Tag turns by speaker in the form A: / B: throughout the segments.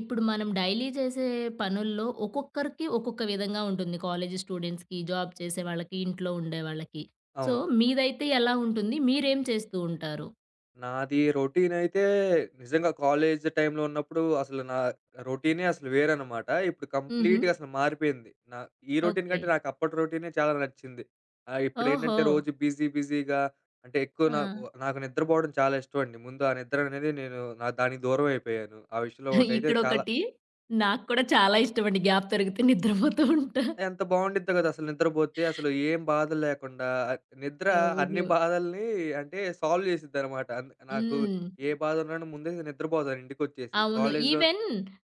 A: ఇప్పుడు మనం డైలీ చేసే పనుల్లో ఒక్కొక్కరికి ఒక్కొక్క విధంగా ఉంటుంది. కాలేజీ స్టూడెంట్స్‌కి, జాబ్ చేసే వాళ్ళకి, ఇంట్లో ఉండే వాళ్ళకి. సో,
B: అవును.
A: మీదైతే ఎలా ఉంటుంది? మీరేం చేస్తూ ఉంటారు?
B: నాది రొటీనయితే నిజంగా కాలేజ్ టైమ్‌లో ఉన్నప్పుడు అసలు నా రొటీనే అసలు వేరనమాట. ఇప్పుడు
A: హుహు.
B: కంప్లీట్‌గా అసలు మారిపోయింది. నా ఈ రొటీన్
A: ఓకే.
B: కంటే నాకు అప్పటి రొటీనే చాలా నచ్చింది.
A: ఓహో!
B: ఇప్పుడేంటంటే రోజు బిజీ బిజీగా అంటే ఎక్కువ
A: ఆ!
B: నాకు నాకు నిద్రపోవడం చాలా ఇష్టమండి. ముందు ఆ నిద్ర అనేది నేను నా దానికి దూరమైపోయాను. ఆ విషయంలో ఒకటైతే చాలా
A: ఇక్కడొకటి నాకు కూడా చాలా ఇష్టమండి. గ్యాప్ దొరికితే నిద్రపోతూ ఉంటా.
B: ఎంత బావుండిద్దో గదా! అసలు నిద్రబోతే. అసలు ఏం బాధలు లేకుండా నిద్ర అన్ని
A: అవును.
B: బాధల్ని అంటే సాల్వ్ చేసిద్దనమాట. అందు నాకు
A: హ్మ్.
B: ఏ బాధ ఉన్నాను ముందే నిద్రపోతాను ఇంటికొచ్చేసి.
A: అవును.
B: కాలేజీలో
A: ఈవెన్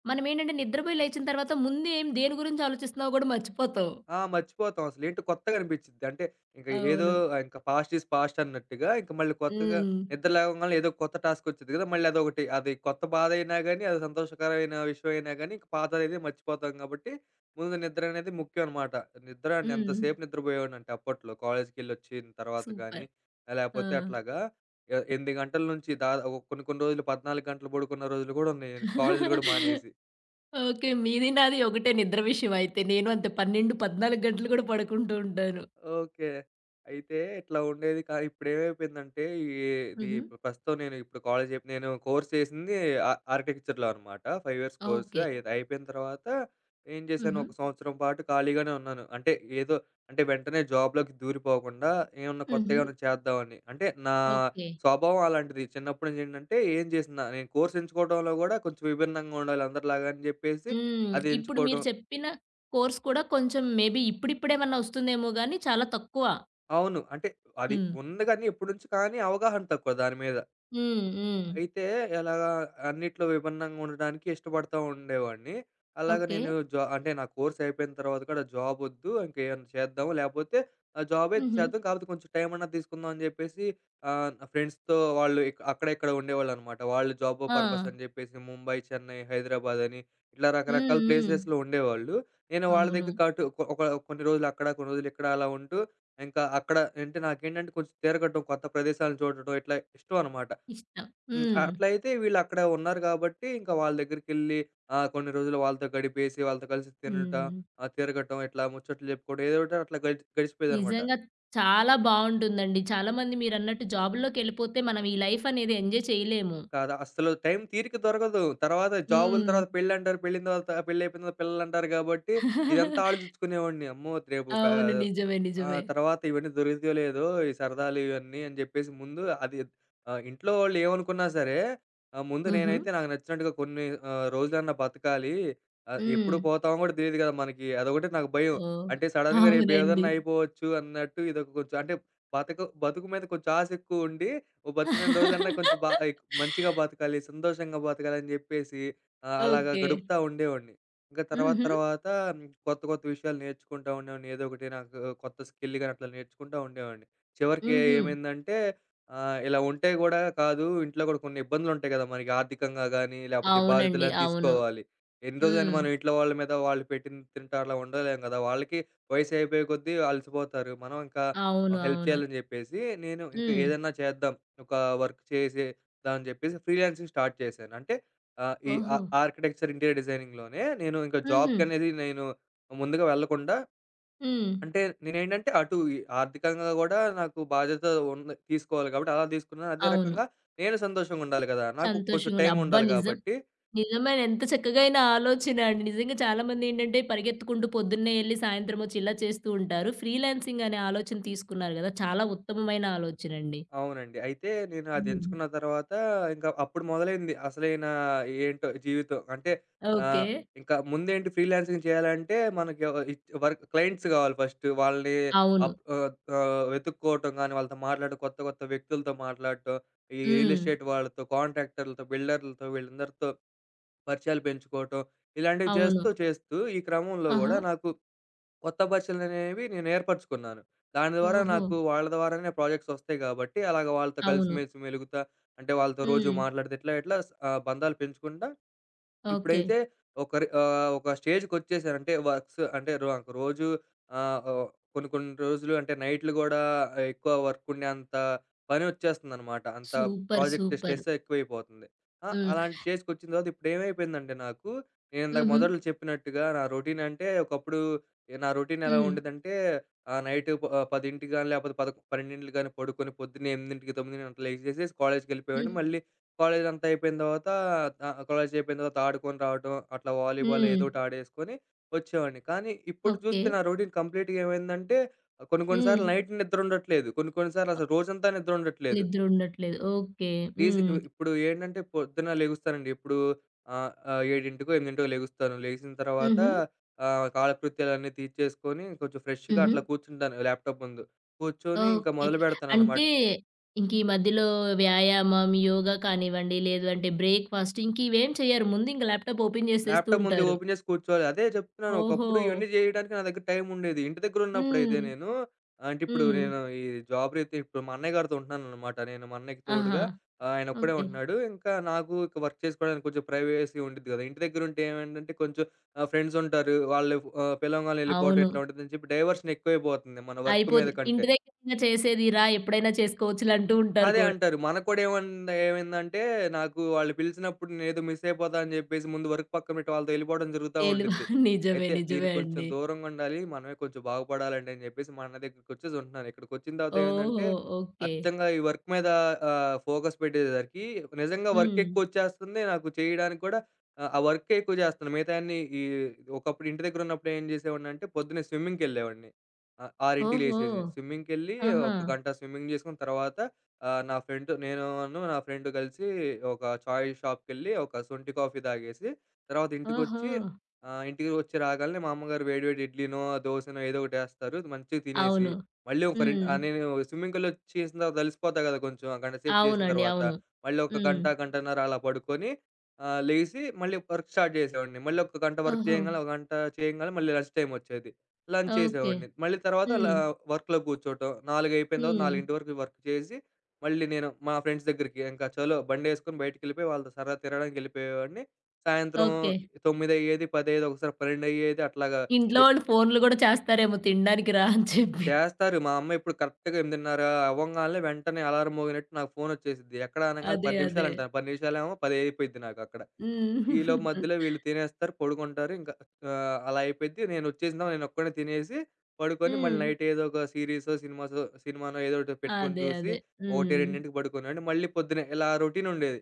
A: మనమేంటంటే నిద్రపోయి లేచిన తర్వాత ముందు ఏం దేని గురించి ఆలోచిస్తున్నావో గూడా మర్చిపోతావు.
B: ఆ! మర్చిపోతాం అసలు. ఏంటో కొత్తగా అనిపించిద్ది. అంటే ఇంక ఏదో
A: అవును.
B: ఇంక పాస్ట్ ఈస్ పాస్ట్ అన్నట్టుగా ఇంక మళ్ళీ కొత్తగా
A: హ్మ్.
B: నిద్ర లేవంగాల్నే ఏదో కొత్త టాస్క్ వచ్చిద్ది కదా! మళ్ళీ అదొకటి. అది కొత్త బాధ అయినా గాని, అది సంతోషకరమైన విషయం అయినా గాని, ఇంక పాతదైతే మర్చిపోతాం కాబట్టి, ముందు నిద్ర అనేది ముఖ్యం అనమాట. నిద్ర
A: హ్మ్.
B: ఎంతసేపు నిద్రపోయేవాడినంటే అప్పట్లో కాలేజ్‌కెళ్ళొచ్చిన తర్వాత గాని,
A: సూపర్. ఆ!
B: లేపోతే అట్లాగా 8 గంటల నుంచి కొన్ని కొన్ని రోజులు 14 గంటలు పడుకున్న రోజులు కూడా ఉన్నాయి. నేను కాలేజీలు కూడా మానేసి.
A: ఓకే. మీది నాది ఒకటే నిద్ర విషయమైతే. నేను అంతే 12, 14 గంటలు కూడా పడుకుంటూ ఉంటాను.
B: ఓకే. అయితే ఇట్లా ఉండేది. కానీ ఇప్పుడేమైపోయిందంటే ఇది
A: హుహు.
B: ఇప్పుడు ప్రస్తుతం నేను ఇప్పుడు కాలేజ్ అయిపోయి నేను కోర్స్ చేసింది ఆ ఆర్కిటెక్చర్‌లో అనమాట. 5 ఇయర్స్ కోర్స్.
A: ఓకే.
B: అది అయిపోయిన తర్వాత ఏం చేశాను,
A: హుహు.
B: ఒక సంవత్సరం పాటు ఖాళీగానే ఉన్నాను. అంటే ఏదో అంటే వెంటనే జాబ్‌లోకి దూరిపోకుండా ఏమన్నా కొత్తగా
A: హుహు.
B: ఏమన్నా చేద్దామని. అంటే నా
A: ఓకే.
B: స్వభావం అలాంటిది. చిన్నప్పటి నుంచి ఏంటంటే ఏం చేసినా నేను కోర్స్ ఎంచుకోవడంలో కూడా కొంచెం విభిన్నంగా ఉండాలి అందరిలాగా అని చెప్పేసి
A: హ్మ్.
B: అది
A: ఇప్పుడు
B: ఎంచుకోవడం.
A: మీరు చెప్పిన కోర్స్ కూడా కొంచెం మేబీ ఇప్పుడిప్పుడేమన్నా వస్తుందేమో గానీ చాలా తక్కువ.
B: అవును. అంటే అది
A: హ్మ్.
B: ఉంది గానీ, ఎప్పటి నుంచో కానీ అవగాహన తక్కువ దాని మీద.
A: హ్మ్. హ్మ్.
B: అయితే ఎలాగా అన్నిట్లో విభిన్నంగా ఉండడానికి ఇష్టపడతా ఉండేవాడిని. అలాగా
A: ఓకే.
B: నేను అంటే నా కోర్స్ అయిపోయిన తర్వాత కూడా జాబ్ ఒద్దు ఇంకేమన్నా చేద్దాము లేపోతే జాబే
A: హుహు.
B: చేద్దాం కాపోతే కొంచెం టైం అన్నా తీసుకుందాం అని జెప్పేసి నా ఫ్రెండ్స్‌తో వాళ్ళు అక్కడ ఇక్కడ ఉండేవాళ్ళనమాట. వాళ్ళు జాబ్
A: ఆ!
B: పర్పస్ అని జెప్పేసి ముంబై, చెన్నై, హైదరాబాద్ అని ఇట్లా
A: హ్మ్.
B: రకరకాల
A: హ్మ్.
B: ప్లేసెస్‌లో ఉండేవాళ్ళు. నేను వాళ్ళ
A: అవును.
B: దగ్గరికి అటు ఒక ఒక కొన్ని రోజులు అక్కడ, కొన్ని రోజులు ఇక్కడ అలా ఉంటూ ఇంకా అక్కడ అంటే నాకేంటంటే కొంచెం తిరగటం, కొత్త ప్రదేశాలను చూడటం ఇట్లా ఇష్టం అనమాట.
A: ఇష్టం. హ్మ్.
B: అట్లా అయితే వీళ్ళక్కడ ఉన్నారు గాబట్టి, ఇంకా వాళ్ళ దగ్గరికెళ్ళి కొన్ని రోజులు వాళ్ళతో గడిపేసి, వాళ్ళతో కలిసి తినటం,
A: హ్మ్.
B: తిరగటం, ఇట్లా ముచ్చట్లు జెప్పుకోవడం ఏదో ఒకటి అట్లా గడిచి గడిచిపోయేదనమాట.
A: నిజంగా చాలా బావుంటుందండి. చాలా మంది మీరన్నట్టు జాబ్‌లోకెళ్ళిపోతే మనం ఈ లైఫ్ అనేది ఎంజాయ్ చేయలేము.
B: కాదు. అస్సలు టైం తీరిక దొరకదు. తర్వాత జాబుల తర్వాత
A: హ్మ్.
B: పెళ్ళంటారు. పెళ్ళిన తర్వాత పెళ్ళయిపోయిన తర్వాత పిల్లలంటారు గాబట్టి, ఇదంతా ఆలోచించుకునేవాడిని. అమ్మో! రేపు
A: అవును. నిజమే. నిజమే.
B: తర్వాత ఇవన్నీ దొరుకుతాయో లేదో ఈ సరదాలు ఇవన్నీ అని జెప్పేసి ముందు అది ఇంట్లో వాళ్ళు ఏమనుకున్నా సరే, ముందు
A: హుహు.
B: నేనైతే నాకు నచ్చినట్టుగా కొన్ని రోజులన్నా బతకాలి. ఎప్పుడు
A: హ్మ్.
B: పోతామో గూడా తెలీదు గదా! మనకి. అదొకటి నాకు భయం.
A: ఓహ్!
B: అంటే సడెన్‌గా రేపు ఏదన్నా
A: అవునండి.
B: అయిపోవచ్చు అన్నట్టు ఇదొక కొంచెం అంటే బతుకు మీద కొంచెం ఆశ ఎక్కువుండి ఓ బతికినన్ని రోజులన్నా కొంచెం మంచిగా బతకాలి, సంతోషంగా బతకాలని జెప్పేసి అలాగా
A: ఓకే.
B: గడుపుతా ఉండేవాడిని. ఇంకా తర్వాత
A: హుహు.
B: తర్వాత కొత్త కొత్త విషయాలు నేర్చుకుంటా ఉండేవాడిని. ఏదో ఒకటి నాకు కొత్త స్కిల్ గాని అట్లా నేర్చుకుంటా ఉండేవాడిని. చివరికి
A: హుహు.
B: ఏమైందంటే ఇలా ఉంటే గూడా కాదు ఇంట్లో గూడా కొన్ని ఇబ్బందులుంటాయి గదా! మనకి ఆర్థికంగా గానీ, లేపోతే
A: అవునండి.
B: బాధ్యతలని
A: అవును.
B: తీసుకోవాలి. ఎన్ని రోజులని
A: హ్మ్.
B: మనం ఇంట్లో వాళ్ళ మీద వాళ్ళు పెట్టింది తింటా అలా ఉండలేం గదా! వాళ్ళకి వయసు అయిపోయే కొద్దీ అలసిపోతారు. మనం ఇంకా
A: అవును.
B: హెల్ప్
A: అవును.
B: చేయాలని చెప్పేసి నేను ఇంకా
A: హ్మ్.
B: ఏదన్నా చేద్దాం. ఒక వర్క్ చేసేద్దాం అని చెప్పేసి ఫ్రీలాన్సింగ్ స్టార్ట్ చేశాను. అంటే ఆ
A: ఓహో!
B: ఆర్కిటెక్చర్, ఇంటీరియర్ డిజైనింగ్‌లోనే నేను ఇంకా
A: హుహు.
B: జాబ్‌కనేది నేను ముందుగా వెళ్ళకుండా
A: హ్మ్.
B: అంటే నేనేంటంటే అటు ఈ ఆర్థికంగా గూడా నాకు బాధ్యత ఉంది తీసుకోవాలి కాబట్టి అలా తీసుకున్నాను. అదే
A: అవును.
B: రకంగా నేను సంతోషంగా ఉండాలి గదా! నాకు కొంచెం
A: సంతోషంగా ఉండే
B: టైం
A: అబ్బా!
B: ఉండాలి
A: నిజం.
B: కాబట్టి
A: నిజమైన ఎంత చక్కగైన ఆలోచన అండి. నిజంగా చాలా మందేంటంటే పరిగెత్తుకుంటూ పొద్దున్నే ఎళ్లి సాయంత్రం ఒచ్చి ఇలా చేస్తూ ఉంటారు. ఫ్రీలాన్సింగ్ అనే ఆలోచన తీసుకున్నారు గదా! చాలా ఉత్తమమైన ఆలోచనండి.
B: అవునండి. అయితే నేను
A: హ్మ్.
B: అదెంచుకున్న తర్వాత ఇంకా అప్పుడు మొదలైంది అసలైన ఏంటో జీవితం. అంటే
A: ఓకే.
B: ఆహ్, ఇంకా ముందేంటి ఫ్రీలాన్సింగ్ చేయాలంటే మనకి వర్క్ క్లయింట్స్ కావాలి ఫస్ట్. వాళ్ళని
A: అవును.
B: ఆహ్, ఆహ్, వెతుక్కోవటం గానీ, వాళ్ళతో మాట్లాడడం, కొత్త కొత్త వ్యక్తులతో మాట్లాడటం, ఈ రియల్
A: హ్మ్.
B: ఎస్టేట్ వాళ్ళతో, కాంట్రాక్టర్లతో, బిల్డర్లతో వీళ్ళందరితో పరిచయాలు పెంచుకోవటం. ఇలాంటివి
A: అవును.
B: చేస్తూ, చేస్తూ ఈ క్రమంలో
A: ఆహా!
B: గూడా నాకు కొత్త పరిచయాలనేవి నేను ఏర్పరచుకున్నాను. దాని ద్వారా
A: ఓహో!
B: నాకు వాళ్ళ ద్వారానే ప్రాజెక్ట్స్ వస్తాయి గాబట్టి, అలాగ వాళ్ళతో
A: అవును.
B: కలిసిమెలిసి మెలుగుతా, అంటే వాళ్ళతో రోజు
A: హ్మ్.
B: మాట్లాడుతా ఇట్లా, ఇట్లా బంధాలు పెంచుకుంటా
A: ఓకే.
B: ఇప్పుడైతే ఒకరి ఒక స్టేజ్‌కొచ్చేసారు. అంటే వర్క్స్ అంటే ఒక రోజు ఆహ్, ఓ కొన్ని కొన్ని రోజులు అంటే నైట్‌లు గూడా ఎక్కువ వర్క్ ఉండే అంత పనొచ్చేస్తుందనమాట. అంత
A: సూపర్.
B: Project
A: super.
B: స్ట్రెస్ ఎక్కువైపోతుంది. ఆ!
A: హ్మ్.
B: అలాంటి స్టేజ్‌కొచ్చిన తర్వాత ఇప్పుడేమైపోయిందంటే నాకు, నేనిందాక
A: హుహు.
B: మొదట్లో చెప్పినట్టుగా నా రొటీన్ అంటే ఒకప్పుడు నా రొటీన్ ఎలా
A: హ్మ్.
B: ఉండేదంటే నైట్ 10:00 గాని లేకపోతే 12:00 గాని పడుకొని పొద్దున్నే 8:00, 9:00 అట్లా లెగిసేసేసి కాలేజ్‌కెళ్ళిపోయేవాడిని.
A: హ్మ్.
B: మళ్ళీ కాలేజ్ అంతా అయిపోయిన తర్వాత కాలేజ్ అయిపోయిన తర్వాత ఆడుకొని రావటం, అట్లా వాలీబాల్
A: హ్మ్.
B: ఏదో ఒకటి ఆడేసుకొని వచ్చేవాడిని. కానీ ఇప్పుడు
A: ఓకే.
B: చూస్తే నా రొటీన్ కంప్లీట్‌గా ఏమైందంటే కొన్ని కొన్ని
A: హ్మ్.
B: సార్లు నైట్ నిద్ర ఉండట్లేదు. కొన్ని కొన్ని సార్లు అసలు రోజంతా నిద్ర ఉండట్లేదు.
A: నిద్ర ఉండట్లేదు. ఓకే.
B: రీసె
A: హ్మ్.
B: ఇప్పుడు ఏంటంటే పొద్దున లెగుస్తానండి. ఇప్పుడు ఆహ్, ఆహ్, 7కో, 8కో లెగుస్తాను. లెగిసిన తర్వాత
A: హుహు.
B: కాలకృత్యాలన్నీ తీర్చేసుకొని కొంచెం ఫ్రెష్‌గా
A: హుహు.
B: అట్లా కూర్చుంటాను ల్యాప్‌టాప్ ముందు. కూర్చొని ఇంకా
A: ఓకే.
B: మొదలు పెడతాననమాట.
A: అంటే ఇంక ఈ మధ్యలో వ్యాయామం, యోగా కానివ్వండి, లేదు అంటే బ్రేక్‌ఫాస్ట్ ఇంకివేం చెయ్యరు. ముందు ఇంక ల్యాప్‌టాప్ ఓపెన్ చేసేస్తూ
B: ల్యాప్‌టాప్ ముందే
A: ఉంటారు.
B: ఓపెన్ చేసి కూర్చోవాలి. అదే చెప్తున్నాను.
A: ఓహో!
B: ఒకప్పుడు ఇవన్నీ చేయడానికి నా దగ్గర టైం ఉండేది. ఇంటి దగ్గర ఉన్నప్పుడైతే
A: హ్మ్.
B: నేను అంటే ఇప్పుడు
A: హ్మ్.
B: నేను ఈ జాబ్ రీత్యా ఇప్పుడు మా అన్నయ్య గారితో ఉంటున్నాననమాట. నేను మా అన్నయ్యకి
A: ఆహా!
B: తోడుగా ఆయన ఒక్కడే
A: ఓకే.
B: ఉంటున్నాడు. ఇంకా నాకు ఇక వర్క్ చేసుకోవడానికి కొంచెం ప్రైవసీ ఉండిద్ది కదా! ఇంటి దగ్గర ఉంటే ఏమేంటంటే కొంచెం ఫ్రెండ్స్ ఉంటారు. వాళ్ళు పిలవంగాల్నే వెళ్ళిపోవటం
A: అవును.
B: ఇట్లా ఉంటదని చెప్పి డైవర్షన్ ఎక్కువైపోతుంది మన వర్క్
A: అయిపోదు.
B: మీద కంటే.
A: ఇంటి దగ్గర ఇంగ చేసేది రా ఎప్పుడైనా చేసుకోవచ్చులే అంటూ ఉంటారు
B: అదే
A: కూడా.
B: అంటారు. మనకు కూడా ఏమన్నా ఏమైందంటే, నాకు వాళ్ళు పిలిచినప్పుడు నేనేదో మిస్ అయిపోతా అని జెప్పేసి ముందు వర్క్ పక్కన పెట్టి వాళ్ళతో ఎళ్ళిపోవడం జరుగుతా
A: ఏలు
B: ఉండిద్ది.
A: నిజమే.
B: అయితే
A: నిజమే
B: దీనికి కొంచెం
A: అండి.
B: దూరంగా ఉండాలి. మనమే కొంచెం బాగుపడాలండి అని జెప్పేసి మా అన్న దగ్గరికొచ్చేసి ఉంటున్నాను. ఇక్కడికొచ్చిన తర్వాత ఏమైందంటే,
A: ఓహో! ఓకే.
B: అచ్చంగా ఈ వర్క్ మీద ఫోకస్ పెట్టేసరికి నిజంగా వర్క్
A: హ్మ్.
B: ఎక్కువొచ్చేస్తుంది. నాకు చేయడానికి కూడా ఆ వర్కే ఎక్కువ చేస్తున్నాను. మిగతాయన్ని ఈ ఒకప్పుడు ఇంటి దగ్గర ఉన్నప్పుడు ఏం చేసేవాడినంటే పొద్దున్నే స్విమ్మింగ్‌కెళ్ళేవాడిని. ఆహ్, 6కి
A: ఓహో!
B: లేసేసి స్విమ్మింగ్‌కెళ్ళి
A: ఆహా!
B: ఒక గంట స్విమ్మింగ్ జేసుకున్న తర్వాత నా ఫ్రెండ్ కలిసి ఒక చాయ్ షాప్‌కెళ్ళి ఒక శొంఠి కాఫీ తాగేసి, తర్వాత
A: ఓహో!
B: ఇంటికొచ్చి ఇంటికి వచ్చి రాగాల్నే మా అమ్మగారు వేడి వేడి ఇడ్లీనో, దోసనో ఏదో ఒకటేస్తారు. మంచిగా తినేసి,
A: అవును.
B: మళ్ళీ ఒక
A: హ్మ్.
B: నేను స్విమ్మింగ్ పూల్‌లో చేసిన తర్వాత అలిసిపోతా కదా! కొంచెం ఆ గంట సేపు చేసిన
A: అవునండి.
B: తర్వాత.
A: అవును.
B: మళ్ళీ ఒక
A: హ్మ్.
B: గంట, గంటన్నర అలా పడుకొని లెగిసి మళ్ళీ వర్క్ స్టార్ట్ చేసేవాడిని. మళ్ళీ ఒక గంట వర్క్
A: ఓహో!
B: చేయంగానే, ఒక గంట చేయంగానే మళ్ళీ లంచ్ టైమ్ వచ్చేది. Lunch
A: okay.
B: చేసేవాడిని. మళ్ళీ తర్వాత
A: హ్మ్.
B: వర్క్‌లో కూర్చోవటం. 4 అయిపోయిన తర్వాత
A: హ్మ్.
B: 4 వరకు వర్క్ చేసి మళ్ళీ నేను మా ఫ్రెండ్స్ దగ్గరికి ఇంకా చలో బండేసుకొని బయటికెళ్ళిపోయి వాళ్ళతో సరదా తిరగడానికెళ్ళిపోయేవాడిని. సాయంత్రం
A: ఓకే.
B: 9 అయ్యేది, 10 అయ్యేది, ఒకసారి 12 అయ్యేది అట్లాగా
A: ఇంట్లో
B: ఎ
A: వాళ్ళు ఫోన్‌లు గూడా చేస్తారేమో తినడానికి రా అని చెప్పి.
B: చేస్తారు. మా అమ్మ ఇప్పుడు కరెక్ట్‌గా 8:30 అవ్వంగాల్నే వెంటనే అలారం మోగినట్టు నాకు ఫోనొచ్చేసిద్ది. ఎక్కడ అనంగాల్నే
A: అదే.
B: 10
A: అదే.
B: నిమిషాలంటాను. 10 నిమిషాలేమో 10 అయిపోయిద్ది నాకక్కడ. ఈలోపు
A: హ్మ్.
B: మధ్యలో వీళ్ళు తినేస్తారు, పడుకుంటారు. ఇంకా అలా అయిపోద్ది. నేనొచ్చేసినా నేనొక్కడినే తినేసి పడుకొని, మళ్ళీ
A: హ్మ్.
B: నైట్ ఏదో ఒక సీరీసో, సినిమానో ఏదో ఒకటి పెట్టుకొని
A: అదే.
B: చూసి,
A: అదే.
B: 1,
A: హ్మ్.
B: 2కి పడుకునేవాడిని. మళ్ళీ పొద్దున్నే ఇలా రొటీనుండేది.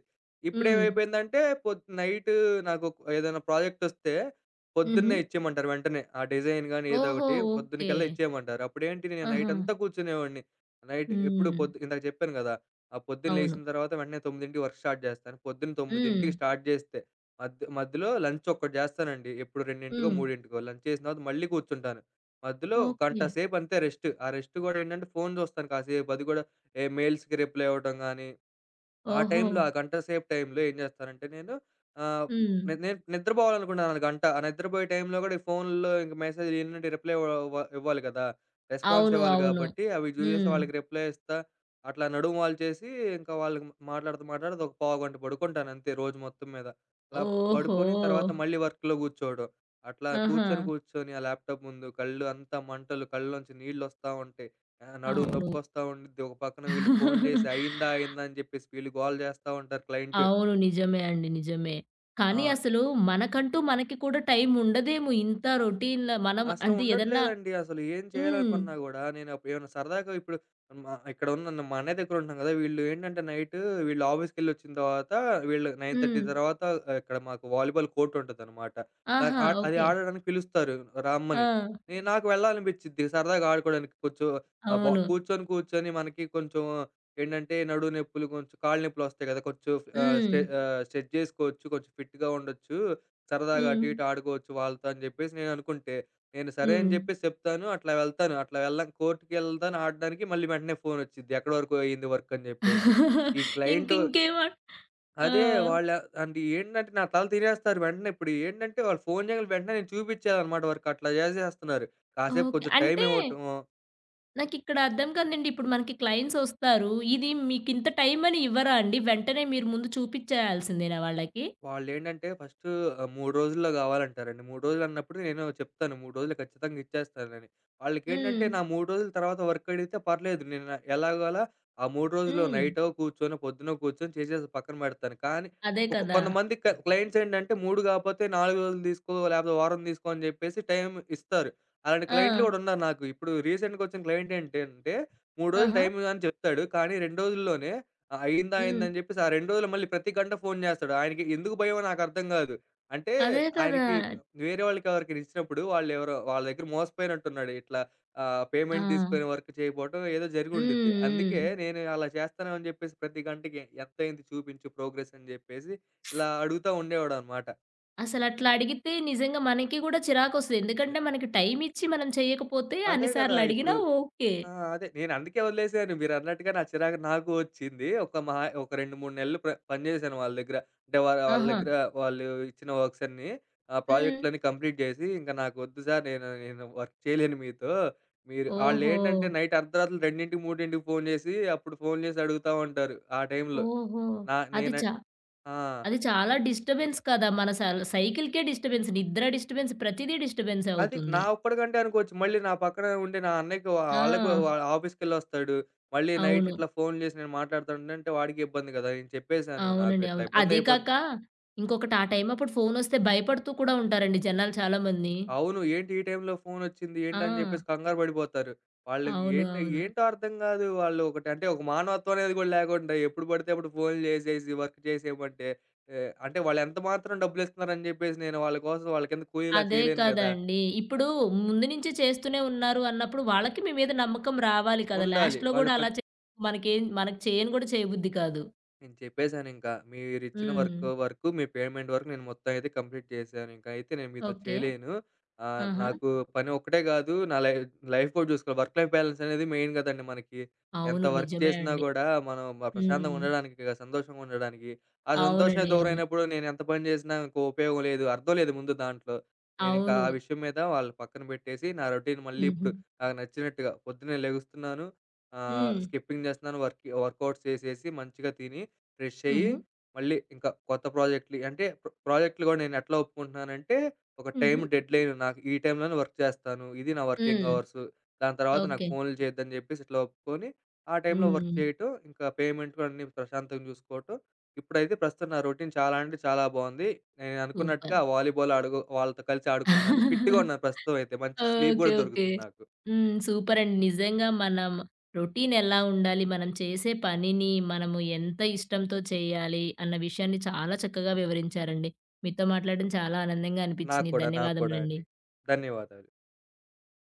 A: హ్మ్.
B: ఇప్పుడేమైపోయిందంటే నైట్ నాకు ఏదైనా ప్రాజెక్టొస్తే
A: హుహు.
B: పొద్దున్నే ఇచ్చేయమంటారు వెంటనే. ఆ డిజైన్ గాని ఏదో
A: ఓహో!
B: ఒకటి
A: ఓకే.
B: పొద్దునకల్లా ఇచ్చేయమంటారు. అప్పుడేంటి నేను
A: ఆహా!
B: నైటంతా కూర్చునేవాడిని. నైట్ ఎప్పుడు
A: హ్మ్.
B: పొద్దు ఇందాక చెప్పాను గదా! ఆ పొద్దున
A: అవును.
B: లేసిన తర్వాత వెంటనే 9కి వర్క్ స్టార్ట్ జేస్తాను. పొద్దున
A: హ్మ్.
B: 9కి స్టార్ట్ జేస్తే మధ్య మధ్యలో లంచ్ ఒకటి చేస్తానండి. ఎప్పుడు 2కో,
A: హ్మ్.
B: 3కో లంచ్ చేసిన తర్వాత మళ్ళీ కూర్చుంటాను. మధ్యలో గంట
A: ఓకే.
B: సేపు అంతే రెస్ట్. ఆ రెస్ట్ గూడా ఏంటంటే ఫోను చూస్తాను కాసేపు. అది గూడా ఏ మెయిల్స్‌కి రిప్లై ఇవ్వటం గాని ఆ
A: ఓహో!
B: టైంలో, ఆ గంట సేపు టైంలో ఏం చేస్తానంటే నేను ఆహ్,
A: హ్మ్.
B: నేను నిద్రపోవాలనుకున్నాను ఆ గంట. ఆ నిద్రపోయే టైంలో కూడా ఈ ఫోన్‌లో ఇంక మెసేజ్‌లు ఇయన్నింటికి రిప్లై ఇవ్వ ఇవ్వ ఇవ్వాలి కదా! రెస్పాన్స్
A: అవును.
B: ఇవ్వాలి
A: అవును.
B: కాబట్టి అవి చూసేసి
A: హ్మ్.
B: వాళ్ళకి రిప్లై ఇస్తా. అట్లా నడుము వాల్చేసి ఇంకా వాళ్ళకి మాట్లాడుతూ, మాట్లాడుతూ ఒక పావుగంట పడుకుంటాను అంతే రోజు మొత్తం మీద. అలా
A: ఓహో!
B: పడుకొని తర్వాత మళ్ళీ వర్క్‌లో కూర్చోవడం. అట్లా
A: ఆహా!
B: కూర్చొని, కూర్చొని ఆ ల్యాప్‌టాప్ ముందు కళ్ళు అంతా మంటలు, కళ్ళలోంచి నీళ్లొస్తా ఉంటాయి. ఆ! నడుము
A: అవును.
B: నొప్పొస్తా ఉండిద్ది. ఒక పక్కన వీళ్ళు ఫోన్లేసి అయిందా? అయిందా? అని చెప్పేసి వీళ్ళు గోల చేస్తా ఉంటారు క్లయింట్.
A: అవును. నిజమే అండి. నిజమే.
B: ఆ!
A: కానీ అసలు మనకంటూ మనకి కూడా టైం ఉండదేమో ఇంత రొటీన్‌ల మనం
B: అసలు
A: అంటే ఏదన్నా
B: ఉండట్లేదండి. అసలు ఏం
A: హ్మ్.
B: చేయాలనుకున్నా గూడా, నేను అప్పుడు ఏమైనా సరదాగా ఇప్పుడు మా ఇక్కడ ఉన్న మా అన్నయ్య దగ్గర ఉంటున్నాం గదా! వీళ్ళు ఏంటంటే నైట్ వీళ్ళు ఆఫీస్‌కెళ్ళొచ్చిన తర్వాత వీళ్ళు 9:30
A: హ్మ్.
B: తర్వాత ఆ, ఇక్కడ మాకు వాలీబాల్ కోర్ట్ ఉంటదనమాట.
A: ఆహా!
B: అది
A: ఓకే.
B: ఆడడానికి పిలుస్తారు
A: ఆ!
B: రమ్మని. నాకు వెళ్ళాలనిపిచ్చిద్ది సరదాగా ఆడుకోవడానికి కొంచెం
A: అవును.
B: కూర్చొని కూర్చొని మనకి కొంచెం ఏంటంటే నడుము నొప్పులు, కొంచెం కాళ్ళు నొప్పులొస్తాయి గదా! కొంచెం
A: హ్మ్.
B: స్ట్రెచ్ జేసుకోవచ్చు. కొంచెం ఫిట్‌గా ఉండొచ్చు. సరదాగా
A: హ్మ్.
B: అటు ఇటు ఆడుకోవచ్చు వాళ్ళతో అని జెప్పేసి నేను అనుకుంటే నేను సరే అని
A: హ్మ్.
B: జెప్పేసి చెప్తాను. అట్లా వెళ్తాను. అట్లా వెళ్ళం కోర్ట్‌కెళ్తాను ఆడడానికి. మళ్ళీ వెంటనే ఫోనొచ్చిద్ది. ఎక్కడి వరకు అయింది వర్క్ అని జెప్పేసి. ఈ క్లయింట్
A: ఇంకింకేమ ఆ!
B: అదే వాళ్ళ అంటే ఏంటంటే నా తల తినేస్తారు వెంటనే. ఇప్పుడు ఏంటంటే వాళ్ళు ఫోను చేయంగానే వెంటనే నేను చూపిచ్చేయాలనమాట వర్క్. అట్లా చేసేస్తున్నారు. కాసేపు
A: ఓకే.
B: కొంచెం టైం
A: అంటే
B: ఇవ్వటము
A: నాకిక్కడ అర్థం కాదండి. ఇప్పుడు మనకి క్లయింట్స్ ఒస్తారు. ఇది మీకింత టైం అని ఇవ్వరా అండి? వెంటనే మీరు ముందు చూపిచ్చేయాల్సిందేనా వాళ్ళకి?
B: వాళ్ళేంటంటే ఫస్టు 3 రోజుల్లో గావాలంటారండి. 3 రోజులన్నప్పుడు నేను చెప్తాను. 3 రోజుల్లో ఖచ్చితంగా ఇచ్చేస్తానని. వాళ్ళకేంటంటే
A: హ్మ్.
B: నా 3 రోజుల తర్వాత వర్క్ అడిగితే పర్లేదు. నేను ఎలాగోలా ఆ 3 రోజులు
A: హ్మ్.
B: నైటో కూర్చొనో, పొద్దునో కూర్చొని చేసేసి పక్కన పెడతాను. కానీ
A: అదే
B: ఒక
A: కదా!
B: కొంతమంది క్లయింట్స్ ఏంటంటే 3 కాపోతే 4 రోజులు తీసుకో, లేపోతే వారం తీసుకో అని జెప్పేసి టైం ఇస్తారు. అలాంటి క్లయింట్లు
A: ఆ!
B: గూడా ఉన్నారు నాకు. ఇప్పుడు రీసెంట్‌గా ఒచ్చిన క్లయింట్ ఏంటంటే 3 రోజులు
A: ఆహా!
B: టైం అని చెప్తాడు. కానీ 2 రోజుల్లోనే ఆ! అయిందా?
A: హ్మ్.
B: అయిందని జెప్పేసి ఆ 2 రోజులు మళ్ళీ ప్రతి గంట ఫోను జేస్తాడు. ఆయనకి ఎందుకు భయమో నాకర్థం గాదు. అంటే
A: అదే కదా!
B: ఆయనకి వేరే వాళ్ళకెవరికైనా ఇచ్చినప్పుడు వాళ్ళెవరో వాళ్ళ దగ్గర మోసపోయినట్టున్నాడు. ఇట్లా
A: ఆ!
B: పేమెంట్ తీసుకొని వర్క్ చేయపోవటం ఏదో జరిగుండిద్ది.
A: హ్మ్.
B: అందుకే
A: హ్మ్.
B: నేను అలా చేస్తాను అని జెప్పేసి ప్రతి గంటకి ఎంతయింది చూపించు ప్రోగ్రెస్ అని జెప్పేసి ఇలా అడుగుతా ఉండేవాడనమాట.
A: అసలట్లా అడిగితే నిజంగా మనకి గూడా చిరాకొస్తది.
B: చే
A: ఎందుకంటే మనకి టైం ఇచ్చి మనం చేయకపోతే
B: అదే
A: అన్ని
B: గదా!
A: సార్లు
B: ఇప్పుడు
A: అడిగినా ఓకే.
B: ఆ! అదే. నేనందుకే వదిలేసాను. మీరన్నట్టుగా నా చిరాకు నాకు వచ్చింది. ఒక మహా ఒక 2, 3 నెలలు పని చేశాను వాళ్ళ దగ్గర. అంటే వాళ్ళ
A: ఆహా!
B: దగ్గర వాళ్ళు ఇచ్చిన వర్క్స్ అన్నీ ఆ
A: హ్మ్.
B: ప్రాజెక్ట్‌లన్నీ కంప్లీట్ చేసి, "ఇంక నాకొద్దు సార్ నేను నేను వర్క్ చేయలేను మీతో." మీరు
A: ఓహో!
B: ఆళ్ళేంటంటే నైట్ అర్ధరాత్రులు 2:00, 3:00కి ఫోను చేసి, అప్పుడు ఫోను చేసి అడుగుతా ఉంటారు ఆ టైంలో.
A: ఓహో!
B: నా
A: అది
B: నేన
A: చా
B: ఆ!
A: అది చాలా డిస్టర్బెన్స్ కదా! మన సల్ సైకిల్‌కే డిస్టర్బెన్స్. నిద్ర డిస్టర్బెన్స్. ప్రతీదీ డిస్టర్బెన్సే
B: అది నా
A: అవుతుంది.
B: ఒక్కడికంటే అనుకోవచ్చు. మళ్ళీ నా పక్కన ఉండే నా అన్నయ్యకి
A: ఆ!
B: వాళ్ళ ఆఫీస్‌కెళ్ళొస్తాడు. మళ్ళీ నైట్
A: అవును.
B: ఇట్లా ఫోన్‌లు చేసి నేను మాట్లాడుతుండంటే వాడికి ఇబ్బంది కదా! నేను చెప్పేసాను. నాకు
A: అవునండి.
B: ఇట్లా
A: అవును. అదీ
B: ఇబ్బందయిపోతుంది.
A: కాక ఇంకొకటి ఆ టైం అప్పుడు ఫోనొస్తే భయపడుతూ కూడా ఉంటారండి జనాలు చాలా మంది.
B: అవును. ఏంటి ఈ టైంలో ఫోనొచ్చింది
A: ఆ!
B: ఏంటి అని చెప్పేసి కంగారు పడిపోతారు. వాళ్ళకి
A: అవును.
B: ఏంటి
A: అవును.
B: ఏంటో అర్థం కాదు. వాళ్ళు ఒకటి అంటే ఒక మానవత్వం అనేది కూడా లేకుండా ఎప్పుడు పడితే అప్పుడు ఫోన్‌లు చేసేసి వర్క్ చేసేయమంటే అంటే వాళ్ళు ఎంత మాత్రం డబ్బులిస్తున్నారని చెప్పేసి నేను వాళ్ళ కోసం వాళ్ళ కింద కూలీలా
A: అదే
B: చేయలేను కదా!
A: కదండీ! ఇప్పుడు
B: ఆహ్,
A: ముందు నుంచి చేస్తూనే ఉన్నారు అన్నప్పుడు వాళ్ళకి మీ మీద నమ్మకం రావాలి కదా!
B: ఉండాలి.
A: లాస్ట్‌లో గూడా అలా చే మనకేం మనకి చేయను గూడా చేయబుద్ధి కాదు.
B: నేను చెప్పేసానింకా. మీరిచ్చిన
A: హ్మ్.
B: వర్క్ వరకు, మీ పేమెంట్ వరకు నేను మొత్తం అయితే కంప్లీట్ చేశానింక. అయితే నేను మీతో
A: ఓకే.
B: చేయలేను.
A: ఆహా!
B: నాకు పని ఒక్కటే గాదు, నా లైఫ్ కూడా చూసుకోవాలి. వర్క్ లైఫ్ బ్యాలెన్స్ అనేది మెయిన్ గదండీ మనకి. ఎంత
A: అవును.
B: వర్క్
A: నిజమే
B: చేసినా
A: అండి.
B: గూడా మనం ప్రశాంతంగా
A: హ్మ్.
B: ఉండడానికి, కదా, సంతోషంగా ఉండడానికి, ఆ సంతోషమే
A: అవునండి. అవును.
B: దూరమైనప్పుడు నేనెంత పని జేసినా ఇంక ఉపయోగం లేదు. అర్థం లేదు ముందు దాంట్లో. నేనింకా
A: అవును.
B: ఆ విషయం మీద వాళ్ళని పక్కన బెట్టేసి, నా రొటీన్ మళ్ళీ
A: హుహు.
B: ఇప్పుడు నాకు నచ్చినట్టుగా పొద్దున్నే లెగుస్తున్నాను,
A: హ్మ్.
B: స్కిప్పింగ్ జేస్తున్నాను, వర్కౌట్స్ చేసేసి మంచిగా తిని ఫ్రెష్ అయ్యి,
A: హుహు.
B: మళ్ళీ ఇంకా కొత్త ప్రాజెక్ట్‌లి అంటే ప్రాజెక్ట్‌లు గూడా నేను ఎట్లా ఒప్పుకుంటున్నానంటే, ఒక టైమ్
A: హుహు.
B: డెడ్‌లైన్ నాకు ఈ టైంలోనే వర్క్ చేస్తాను. ఇది నా వర్కింగ్
A: హ్మ్.
B: అవర్స్. దాని తర్వాత నాకు
A: ఓకే.
B: ఫోన్లు చేయొద్దని జెప్పేసి ఇట్లా ఒప్పుకొని, ఆ టైంలో వర్క్
A: హ్మ్.
B: చేయటం, ఇంకా పేమెంట్ కూడా అన్నీ ప్రశాంతంగా చూసుకోవటం. ఇప్పుడైతే ప్రస్తుతం నా రొటీన్ చాలా అంటే చాలా బావుంది. నేను అనుకున్నట్టుగా
A: సూపర్.
B: వాలీబాల్ అడుగు వాళ్ళతో కలిసి ఆడుకుంటున్నాను. ఫిట్‌గా ఉన్నాను ప్రస్తుతం అయితే. మంచి స్లీప్
A: ఓకే.
B: గూడా
A: ఓకే.
B: దొరుకుతుంది నాకు.
A: హ్మ్. సూపరండి. నిజంగా మనం రొటీన్ ఎలా ఉండాలి, మనం చేసే పనిని మనము ఎంత ఇష్టంతో చేయాలి అన్న విషయాన్ని చాలా చక్కగా వివరించారండి. మీతో మాట్లాడడం చాలా ఆనందంగా
B: నాకు
A: అనిపించింది.
B: కూడా, నాకు కూడా
A: ధన్యవాదములండి.
B: అండి. ధన్యవాదాలు.